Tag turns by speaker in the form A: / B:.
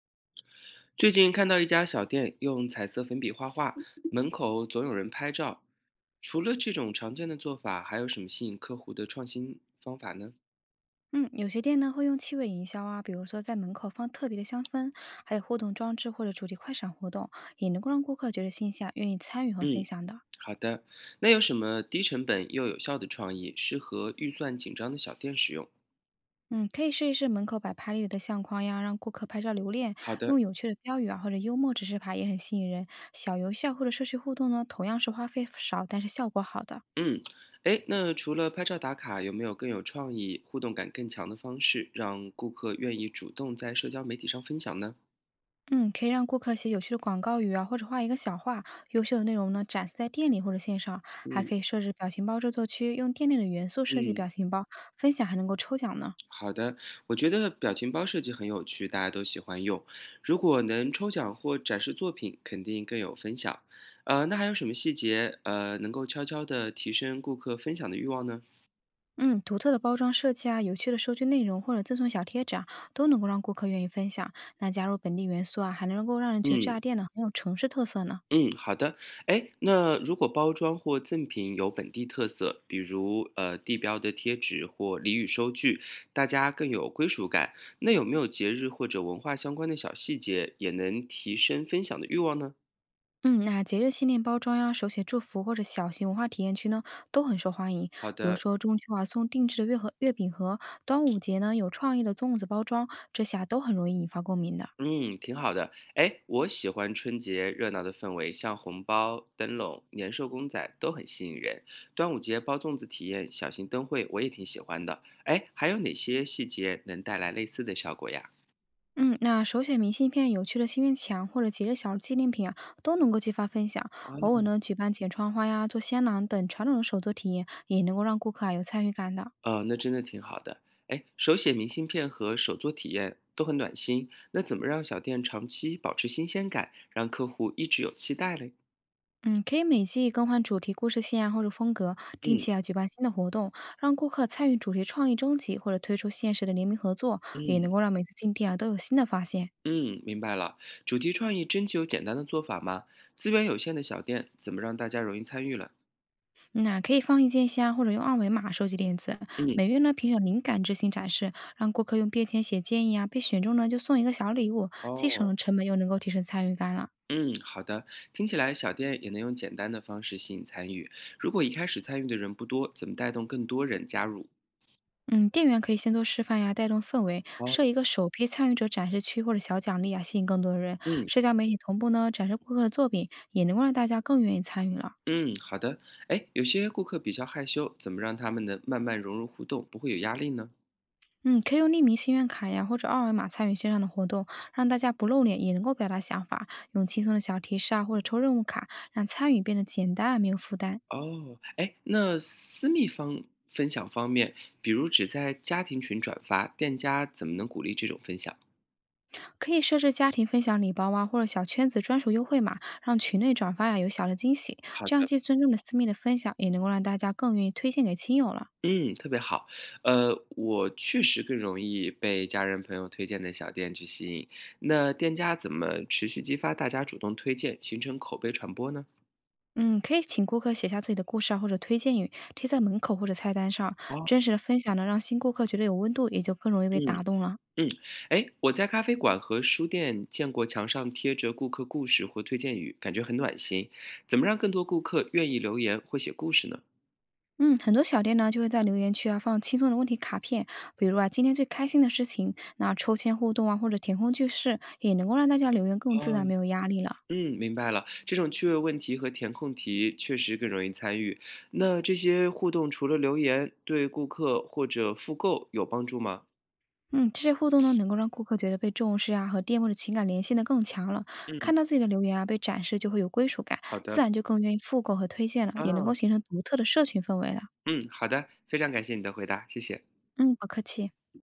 A: 最近看到一家小店用彩色粉笔画画，门口总有人拍照。除了这种常见的做法，还有什么吸引客户的创新方法呢？
B: 嗯，有些店呢会用气味营销啊，比如说在门口放特别的香氛，还有互动装置或者主题快闪活动，也能够让顾客觉得新鲜，愿意参与和分
A: 嗯，
B: 享的。
A: 好的。那有什么低成本又有效的创意，适合预算紧张的小店使用？
B: 嗯，可以试一试门口摆拍立得的相框呀，让顾客拍照留恋，
A: 好的，
B: 用有趣的标语啊或者幽默指示牌也很吸引人。小游戏啊或者社区互动呢，同样是花费少但是效果好的。
A: 嗯，诶，那除了拍照打卡，有没有更有创意、互动感更强的方式，让顾客愿意主动在社交媒体上分享呢？
B: 嗯，可以让顾客写有趣的广告语啊，或者画一个小画，优秀的内容呢展示在店里或者线上，还
A: 嗯
B: 可以设置表情包制作区，用店内的元素设计表
A: 嗯。
B: 情包，分享还能够抽奖呢。
A: 好的，我觉得表情包设计很有趣，大家都喜欢用。如果能抽奖或展示作品，肯定更有分享。那还有什么细节，能够悄悄地提升顾客分享的欲望呢？
B: 嗯，独特的包装设计啊，有趣的收据内容或者赠送小贴纸啊，都能够让顾客愿意分享。那加入本地元素啊，还能够让人觉得这
A: 嗯
B: 家店呢很有城市特色呢。
A: 嗯，好的。哎，那如果包装或赠品有本地特色，比如地标的贴纸或俚语收据，大家更有归属感。那有没有节日或者文化相关的小细节，也能提升分享的欲望呢？
B: 嗯，那节日纪念包装呀、手写祝福或者小型文化体验区呢，都很受欢迎。
A: 好
B: 比如
A: 的。
B: 说中秋啊，送定制的月盒、月饼盒；端午节呢，有创意的粽子包装，这下都很容易引发共鸣的。
A: 嗯，挺好的。哎，我喜欢春节热闹的氛围，像红包、灯笼、年兽公仔都很吸引人。端午节包粽子体验小型灯会，我也挺喜欢的。哎，还有哪些细节能带来类似的效果呀？
B: 嗯，那手写明信片、有趣的心愿墙或者节日小纪念品啊，都能够激发分享。
A: 啊，
B: 偶尔呢，举办剪窗花呀、做香囊等传统的手作体验，也能够让顾客啊有参与感的。
A: 那真的挺好的。哎，手写明信片和手作体验都很暖心。那怎么让小店长期保持新鲜感，让客户一直有期待嘞？
B: 嗯，可以每季更换主题故事线啊，或者风格，定
A: 嗯
B: 期啊举办新的活动，让顾客参与主题创意征集，或者推出限时的联名合作，也能
A: 嗯。
B: 够让每次进店啊都有新的发现。
A: 嗯，明白了。主题创意真就有简单的做法吗？资源有限的小店怎么让大家容易参与了？
B: 嗯那可以放意见箱，或者用二维码收集点子。
A: 嗯，
B: 每月呢评选灵感之星展示，让顾客用便签写建议啊，被选中呢就送一个小礼物，既省
A: 哦，
B: 了成本，又能够提升参与感了。
A: 嗯，好的。听起来小店也能用简单的方式吸引参与。如果一开始参与的人不多，怎么带动更多人加入？
B: 嗯，店员可以先做示范呀，带动氛围，
A: 哦，
B: 设一个首批参与者展示区或者小奖励啊，吸引更多的人。
A: 嗯
B: 社交媒体同步呢，展示顾客的作品，也能够让大家更愿意参与了。
A: 嗯，好的。哎，有些顾客比较害羞，怎么让他们能慢慢融入互动，不会有压力呢？
B: 嗯，可以用匿名心愿卡呀，或者二维码参与线上的活动，让大家不露脸也能够表达想法。用轻松的小提示啊，或者抽任务卡，让参与变得简单没有负担。
A: 哦，哎，那私密方分享方面，比如只在家庭群转发，店家怎么能鼓励这种分享？
B: 可以设置家庭分享礼包啊，或者小圈子专属优惠码，让群内转发呀有小的惊喜。
A: 好
B: 这样
A: 的，
B: 既尊重了私密的分享，也能够让大家更愿意推荐给亲友了。
A: 嗯，特别好。我确实更容易被家人朋友推荐的小店去吸引。那店家怎么持续激发大家主动推荐，形成口碑传播呢？
B: 嗯，可以请顾客写下自己的故事啊，或者推荐语，贴在门口或者菜单上。
A: 哦，
B: 真实的分享呢，让新顾客觉得有温度，也就更容易被
A: 嗯
B: 打动了。
A: 嗯，哎，我在咖啡馆和书店见过墙上贴着顾客故事或推荐语，感觉很暖心。怎么让更多顾客愿意留言或写故事呢？
B: 嗯，很多小店呢就会在留言区啊放轻松的问题卡片，比如啊今天最开心的事情，那抽签互动啊或者填空句式，也能够让大家留言更自
A: 哦
B: 然，没有压力了。
A: 嗯，明白了。这种趣味问题和填空题确实更容易参与。那这些互动除了留言，对顾客或者复购有帮助吗？
B: 嗯，这些互动呢能够让顾客觉得被重视啊，和店铺的情感联系的更强了。
A: 嗯，
B: 看到自己的留言啊被展示，就会有归属感，
A: 好
B: 自
A: 的。
B: 然就更愿意复购和推荐了，
A: 啊，
B: 也能够形成独特的社群氛围了。
A: 嗯，好的，非常感谢你的回答，谢谢。
B: 嗯，不客气。